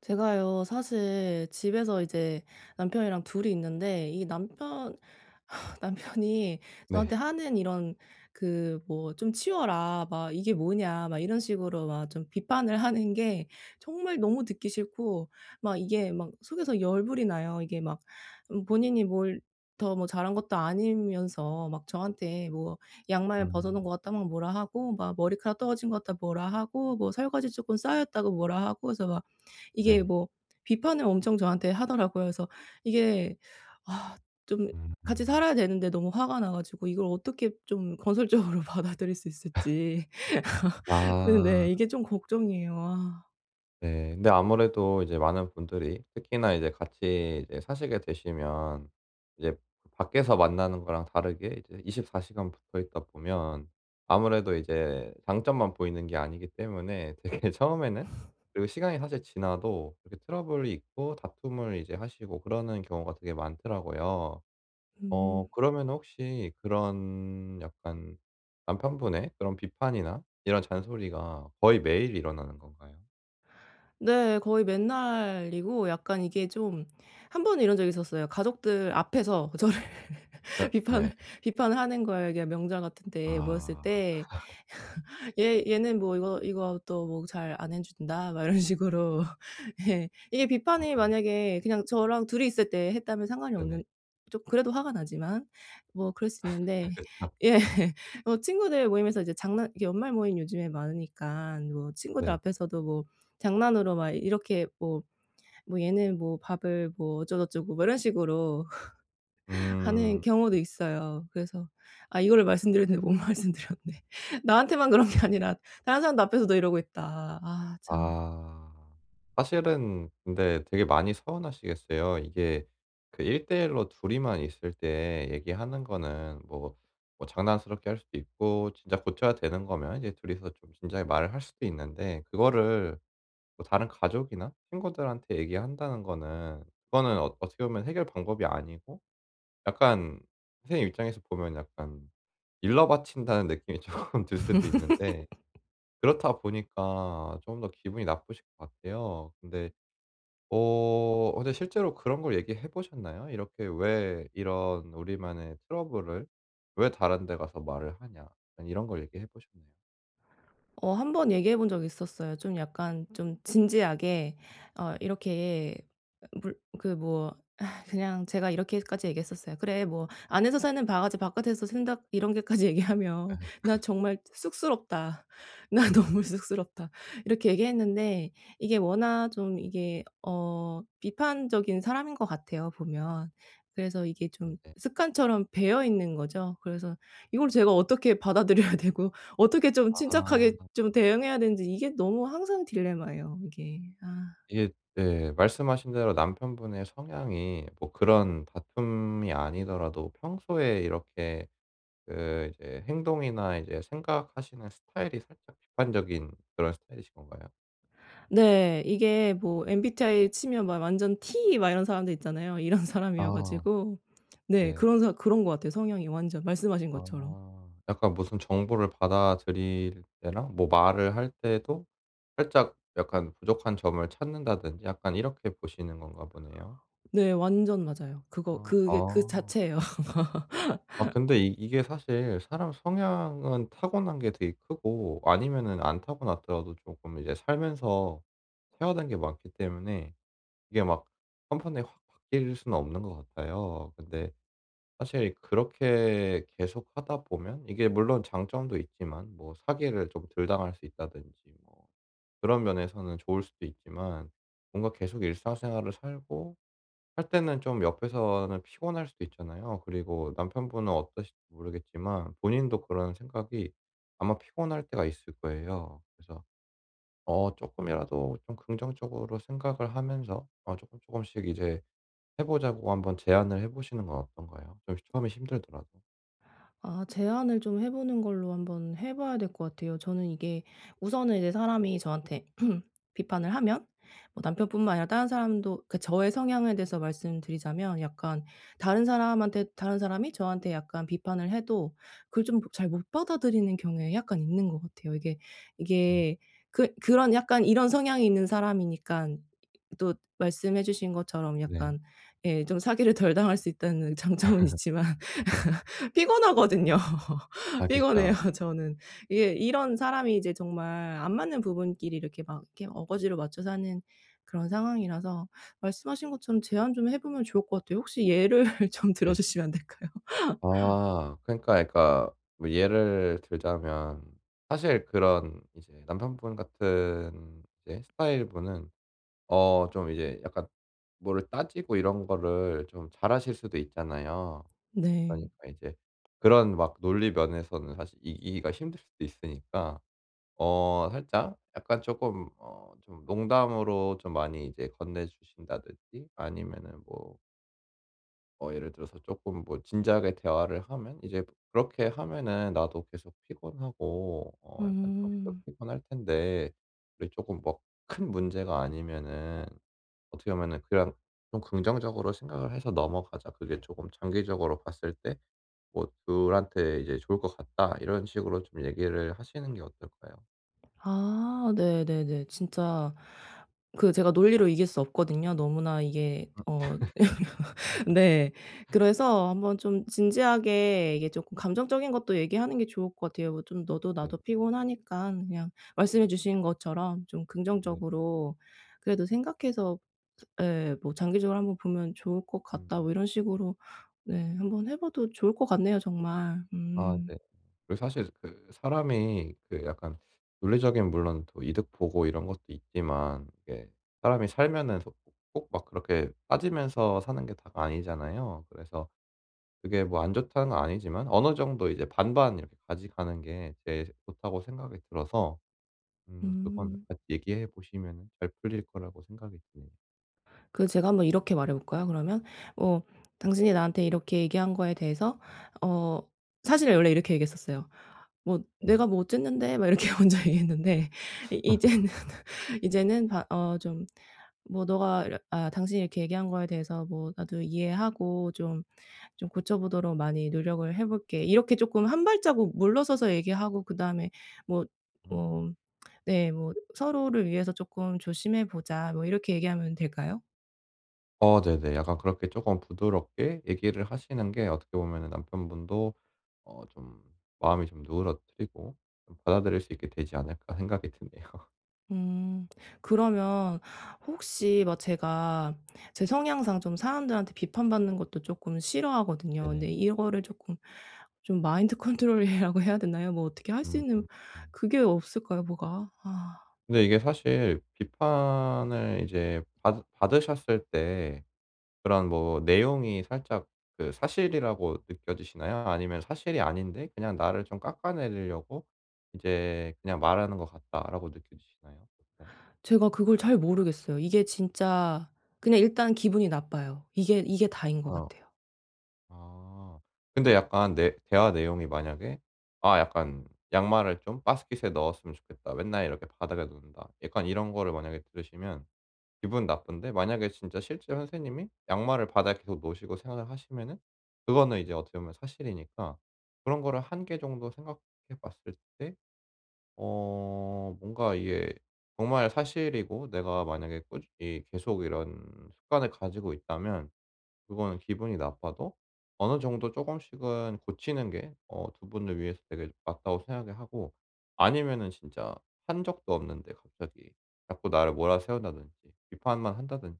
제가요 사실 집에서 이제 남편이랑 둘이 있는데 이 남편 남편이 네. 저한테 하는 이런 그 뭐 "좀 치워라." 막 "이게 뭐냐." 막 이런 식으로 막 좀 비판을 하는 게 정말 너무 듣기 싫고 막 이게 막 속에서 열불이 나요. 이게 막 본인이 뭘 더 뭐 잘한 것도 아니면서 막 저한테 뭐 "양말 벗어 음. 놓은 것 같다." 막 뭐라 하고 막 "머리카락 떨어진 것 같다." 뭐라 하고 뭐 "설거지 조금 쌓였다."고 뭐라 하고 그래서 막 이게 네. 뭐 비판을 엄청 저한테 하더라고요. 그래서 이게 아 좀 같이 음. 살아야 되는데 너무 화가 나 가지고 이걸 어떻게 좀 건설적으로 받아들일 수 있을지. 아. 네네. 이게 좀 걱정이에요. 아. 네. 근데 아무래도 이제 많은 분들이 특히나 이제 같이 이제 사시게 되시면 이제 밖에서 만나는 거랑 다르게 이제 24시간 붙어 있다 보면, 아무래도 이제 장점만 보이는 게 아니기 때문에 되게 처음에는, 그리고 시간이 사실 지나도 이렇게 트러블이 있고 다툼을 이제 하시고 그러는 경우가 되게 많더라고요. 음. 그러면 혹시 그런 약간 남편분의 그런 비판이나 이런 잔소리가 거의 매일 일어나는 건가요? 네. 거의 맨날이고 약간 이게 좀 한 번은 이런 적이 있었어요. 가족들 앞에서 저를 예 비판을 네. 비판을 하는 거예요. 이게 명절 같은 때 모였을 아. 때 "얘 얘는 뭐 이거 이거 또 뭐 잘 안 해 준다." 막 이런 식으로. 예. 이게 비판이 아 만약에 그냥 저랑 둘이 있을 때 했다면 상관이 네네. 없는 좀 그래도 화가 나지만 뭐 그럴 수 있는데 그죠. 예. 뭐 친구들 모임에서 이제 장난 이게 연말 모임 요즘에 많으니까 뭐 친구들 네. 앞에서도 뭐 장난으로 막 이렇게 뭐 뭐 "얘는 뭐 밥을 뭐 어쩌고저쩌고." 뭐 이런 식으로 하는 음. 경우도 있어요. 그래서 아 이거를 말씀드렸는데 못 말씀드렸네. 나한테만 그런 게 아니라 다른 사람도 앞에서도 이러고 있다. 아 참. 아. 사실은 근데 되게 많이 서운하시겠어요. 이게 그 1대 1로 둘이만 있을 때 얘기하는 거는 뭐 장난스럽게 할 수도 있고, 진짜 고쳐야 되는 거면 이제 둘이서 좀 진지하게 말을 할 수도 있는데, 그거를 뭐 다른 가족이나 친구들한테 얘기한다는 거는, 그거는 어떻게 보면 해결 방법이 아니고 약간 선생님 입장에서 보면 약간 일러 바친다는 느낌이 조금 들 수도 있는데, 그렇다 보니까 좀 더 기분이 나쁘실 것 같아요. 근데 근데 실제로 그런 걸 얘기해 보셨나요? 이렇게 "왜 이런 우리만의 트러블을 왜 다른 데 가서 말을 하냐." 약간 이런 걸 얘기해 보셨나요? 어 한 번 얘기해 본 적이 있었어요. 좀 약간 좀 진지하게 어 이렇게 물 그 뭐 그냥 제가 이렇게까지 얘기했었어요. "그래 뭐 안에서 사는 바가지 바깥에서 샌다." 이런 게까지 얘기하면 "나 정말 쑥스럽다. 나 음. 너무 쑥스럽다." 이렇게 얘기했는데 이게 워낙 좀 이게 어 비판적인 사람인 것 같아요 보면. 그래서 이게 아 좀 네. 습관처럼 배어 있는 거죠. 그래서 이걸 제가 어떻게 받아들여야 되고 어떻게 좀 침착하게 아. 좀 대응해야 되는지 이게 너무 항상 딜레마예요 이게. 아. 이게 네, 말씀하신 대로 남편분의 성향이 뭐 그런 다툼이 아니더라도 평소에 이렇게 그 이제 행동이나 이제 생각하시는 스타일이 살짝 비판적인 그런 스타일이신 건가요? 네. 이게 뭐 MBTI 치면 막 완전 T 막 이런 사람들 있잖아요. 이런 사람이어 아. 가지고 네 네. 그런 사 그런 것 같아요 성향이 완전 말씀하신 것처럼. 아, 약간 무슨 정보를 받아들일 때랑 뭐 말을 할 때도 살짝 약간 부족한 점을 찾는다든지 약간 이렇게 보시는 건가 보네요. 네. 완전 맞아요. 그거 아. 그게 그 아. 자체예요. 아 근데 이 이게 사실 사람 성향은 타고난 게 되게 크고, 아니면은 안 타고났더라도 쪼끔 이제 살면서 태어난 게 많기 때문에 이게 막 한번에 확 바뀔 수는 없는 것 같아요. 근데 사실 그렇게 계속하다 보면 이게 물론 장점도 있지만 뭐 사기를 좀 덜 당할 수 있다든지, 뭐 그런 면에서는 좋을 수도 있지만, 뭔가 계속 일상생활을 살고 할 때는 좀 옆에서는 피곤할 수도 있잖아요. 그리고 남편분은 어떠실지 모르겠지만 본인도 그런 생각이 아마 피곤할 때가 있을 거예요. 그래서 조금이라도 좀 긍정적으로 생각을 하면서 어금조금씩 이제 해 보자고 한번 제안을 해 보시는 건 어떤가요? 좀 처음에 힘들더라도. 아 제안을 좀 해 보는 걸로 한번 해 봐야 될 것 같아요. 저는 이게 우선은 이제 사람이 저한테 비판을 하면 뭐 남편뿐만 아니라 다른 사람도 그 저의 성향에 대해서 말씀드리자면 약간 다른 사람한테 다른 사람이 저한테 약간 비판을 해도 그걸 좀 잘 못 받아들이는 경우에 약간 있는 것 같아요. 이게 음 이게 그 그런 약간 이런 성향이 있는 사람이니까 또 말씀해 주신 것처럼 네. 약간 예 좀 사기를 덜 당할 수 있다는 장점은 있지만 피곤하거든요. 아 피곤해요 그쵸. 저는. 이게 이런 사람이 이제 정말 안 맞는 부분끼리 이렇게 막 이렇게 어거지로 맞춰 사는 그런 상황이라서 말씀하신 것처럼 제안 좀 해 보면 좋을 것 같아요. 혹시 예를 좀 들어 네. 주시면 안 될까요? 아 그러니까 뭐 예를 들자면 사실 그런 이제 남편분 같은 이제 스타일분은 좀 이제 약간 뭐를 따지고 이런 거를 좀 잘하실 수도 있잖아요. 네. 그러니까 이제 그런 막 논리 면에서는 사실 이기기가 힘들 수도 있으니까 살짝 약간 조금 좀 농담으로 좀 많이 이제 건네주신다든지, 아니면은 뭐 예를 들어서 조금 뭐 진지하게 대화를 하면 이제 그렇게 하면은 나도 계속 피곤하고 약간 정신도 음. 피곤할 텐데, 우리 조금 뭐 큰 문제가 아니면은 어떻게 보면은 그냥 좀 긍정적으로 생각을 해서 넘어가자. 그게 조금 장기적으로 봤을 때 뭐 "둘한테 이제 좋을 것 같다." 이런 식으로 좀 얘기를 하시는 게 어떨까요? 아 네네네. 진짜 그 제가 논리로 이길 수 없거든요. 너무나 이게 음, 어 네. 그래서 한번 좀 진지하게 이게 조금 감정적인 것도 얘기하는 게 좋을 것 같아요. 뭐 좀 "너도 네. 나도 피곤하니까 그냥 말씀해 주신 것처럼 좀 네. 긍정적으로 그래도 생각해서 예 뭐 장기적으로 한번 보면 좋을 것 음. 같다." 뭐 이런 식으로 네 한번 해 봐도 좋을 것 같네요 정말. 아 음. 네. 그 사실 그 사람이 그 약간 논리적인, 물론 또 이득 보고 이런 것도 있지만, 이게 사람이 살면은 꼭 막 그렇게 빠지면서 사는 게 다가 아니잖아요. 그래서 그게 뭐 안 좋다는 건 아니지만 어느 정도 이제 반반 이렇게 가져가는 게 제일 좋다고 생각이 들어서, 그건 음. 같이 얘기해 보시면은 잘 풀릴 거라고 생각이 드네요. 그 제가 한번 이렇게 말해 볼까요 그러면? 뭐 "당신이 나한테 이렇게 얘기한 거에 대해서" 어 사실 원래 이렇게 얘기했었어요. 뭐 네. "내가 뭐 어쨌는데." 막 이렇게 먼저 얘기했는데 이 이제는 이제는 바 어 좀 뭐 "너가 이렇 아 당신이 이렇게 얘기한 거에 대해서 뭐 나도 이해하고 좀 좀 고쳐 보도록 많이 노력을 해 볼게." 이렇게 쪼끔 한 발자국 물러서서 얘기하고 그다음에 뭐 음. 뭐 네 뭐 "서로를 위해서 쪼끔 조심해 보자." 뭐 이렇게 얘기하면 될까요? 어 네네. 약간 그렇게 쪼끔 부드럽게 얘기를 하시는 게 어떻게 보면은 남편분도 좀 마음이 좀 누그러뜨리고 좀 받아들일 수 있게 되지 않을까 생각이 드네요. 음. 그러면 혹시 막 제가 제 성향상 좀 사람들한테 비판받는 것도 조금 싫어하거든요. 네네. 근데 이거를 조금 좀 마인드 컨트롤이라고 해야 되나요? 뭐 어떻게 할 수 음. 있는 음. 음. 그게 없을까요, 뭐가? 아. 근데 이게 사실 비판을 이제 받 받으셨을 때, 그런 뭐 내용이 살짝 그 사실이라고 느껴지시나요? 아니면 사실이 아닌데 그냥 나를 좀 깎아내리려고 이제 그냥 말하는 것 같다라고 느껴지시나요? 보통? 제가 그걸 잘 모르겠어요. 이게 진짜 그냥 일단 기분이 나빠요. 이게 다인 것 어. 같아요. 아. 근데 약간 내 대화 내용이 만약에 아 약간 "양말을 좀 바스킷에 넣었으면 좋겠다. 맨날 이렇게 바닥에 놓는다." 약간 이런 거를 만약에 들으시면 기분 나쁜데, 만약에 진짜 실제 선생님이 양말을 바닥에 계속 놓으시고 생활을 하시면은 그거는 이제 어떻게 보면 사실이니까, 그런 거를 한 개 정도 생각해 봤을 때 뭔가 이게 정말 사실이고 내가 만약에 꾸준히 계속 이런 습관을 가지고 있다면 그거는 기분이 나빠도 어느 정도 조금씩은 고치는 게 두 분을 위해서 되게 맞다고 생각을 하고, 아니면은 진짜 한 적도 없는데 갑자기 자꾸 나를 몰아세운다든지 비판만 한다든지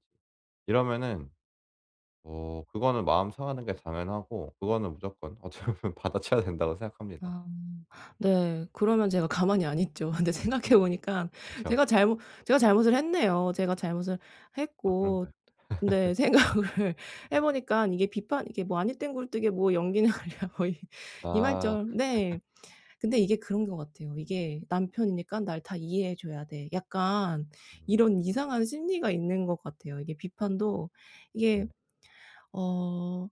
이러면은 그거는 마음 상하는 게 당연하고, 그거는 무조건 어떻게 보면 받아쳐야 된다고 생각합니다. 아. 네. 그러면 제가 가만히 안 있죠. 근데 생각해 보니까 그쵸? 제가 잘못 제가 잘못을 했네요. 제가 잘못을 아 했고 그런가요? 근데 생각을 해 보니까 이게 비판 이게 뭐 아니 땐 굴뚝에 뭐 연기는 하랴 뭐 이 이말 아. 절 네. 근데 이게 그런 것 같아요. 이게 '남편이니깐 날 다 이해해 줘야 돼.' 약간 음. 이런 이상한 심리가 있는 것 같아요. 이게 비판도 이게 네네. 어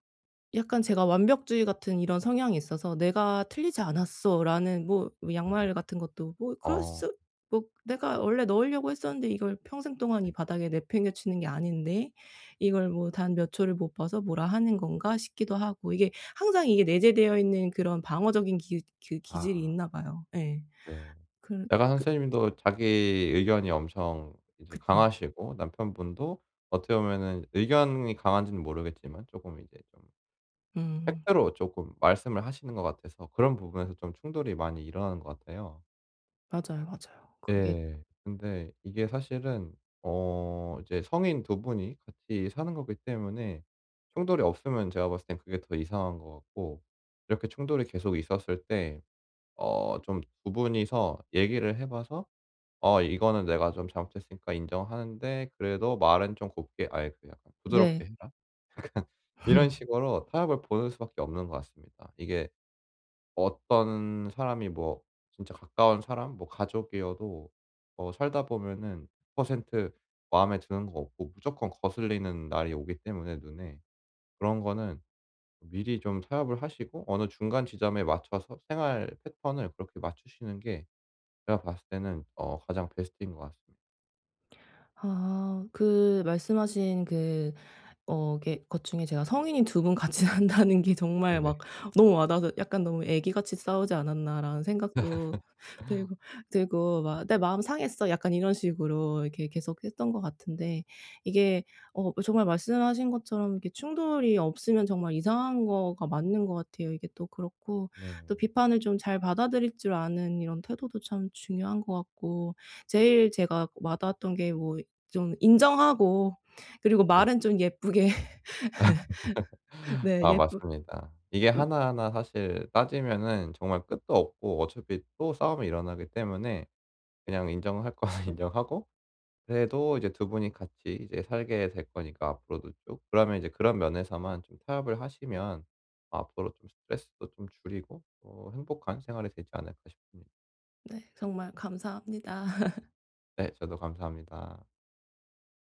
약간 제가 완벽주의 같은 이런 성향이 있어서 '내가 틀리지 않았어.'라는 뭐 뭐 네. 양말 같은 것도 뭐 그럴 어 수 뭐 '내가 원래 넣으려고 했었는데 이걸 평생 동안 네. 이 바닥에 내팽개치는 게 아닌데 이걸 뭐 단 몇 초를 못 봐서 뭐라 하는 건가?' 싶기도 하고 이게 항상 이게 내재되어 있는 그런 방어적인 기 그 아 기질이 있나 봐요. 예. 네. 그 약간 그 선생님도 자기 의견이 엄청 이제 그쵸. 강하시고, 남편분도 어떻게 보면은 의견이 강한지는 모르겠지만 조금 이제 좀 음. 팩트로 조금 말씀을 하시는 것 같아서 그런 부분에서 좀 충돌이 많이 일어나는 것 같아요. 맞아요, 맞아요. 그게 예. 근데 이게 사실은 이제 성인 두 분이 같이 사는 거기 때문에 충돌이 없으면 제가 봤을 땐 그게 더 이상한 것 같고, 이렇게 충돌이 계속 있었을 때 좀 두 분이서 얘기를 해 봐서 이거는 내가 좀 잘못했으니까 인정하는데 그래도 말은 좀 곱게 아예 그 약간 부드럽게 네. 해라. 이런 식으로 타협을 보는 수밖에 없는 것 같습니다. 이게 어떤 사람이 뭐 진짜 가까운 사람 뭐 가족이어도 살다 보면은 1 0트 마음에 드는 거 없고 무조건 거슬리는 날이 오기 때문에 눈에, 그런 거는 미리 좀 타협을 하시고 어느 중간 지점에 맞춰서 생활 패턴을 그렇게 맞추시는 게 제가 봤을 때는 가장 베스트인 것 같습니다. 아 그 말씀하신 그 어 이게 것 중에 제가 성인이 두 분 같이 산다는 게 정말 네네. 막 너무 와 닿아서 약간 '너무 애기같이 싸우지 않았나.'라는 생각도 들고 들고 막 "내 마음 상했어." 약간 이런 식으로 이렇게 계속 했던 것 같은데 이게 어 정말 말씀하신 것처럼 이렇게 충돌이 없으면 정말 이상한 거가 맞는 것 같아요. 이게 또 그렇고 또 네. 비판을 좀 잘 받아들일 줄 아는 이런 태도도 참 중요한 것 같고 제일 제가 와 닿았던 게 뭐 좀 인정하고 그리고 네. 말은 좀 예쁘게 네. 아 예쁘 맞습니다. 이게 음. 하나하나 사실 따지면은 정말 끝도 없고 어차피 또 싸움이 일어나기 때문에 그냥 인정할 거는 인정하고, 그래도 이제 두 분이 같이 이제 살게 될 거니까 앞으로도 쭉 그러면 이제 그런 면에서만 좀 타협을 하시면 앞으로 좀 스트레스도 좀 줄이고 또 행복한 생활이 되지 않을까 싶습니다. 네. 정말 감사합니다. 네, 저도 감사합니다.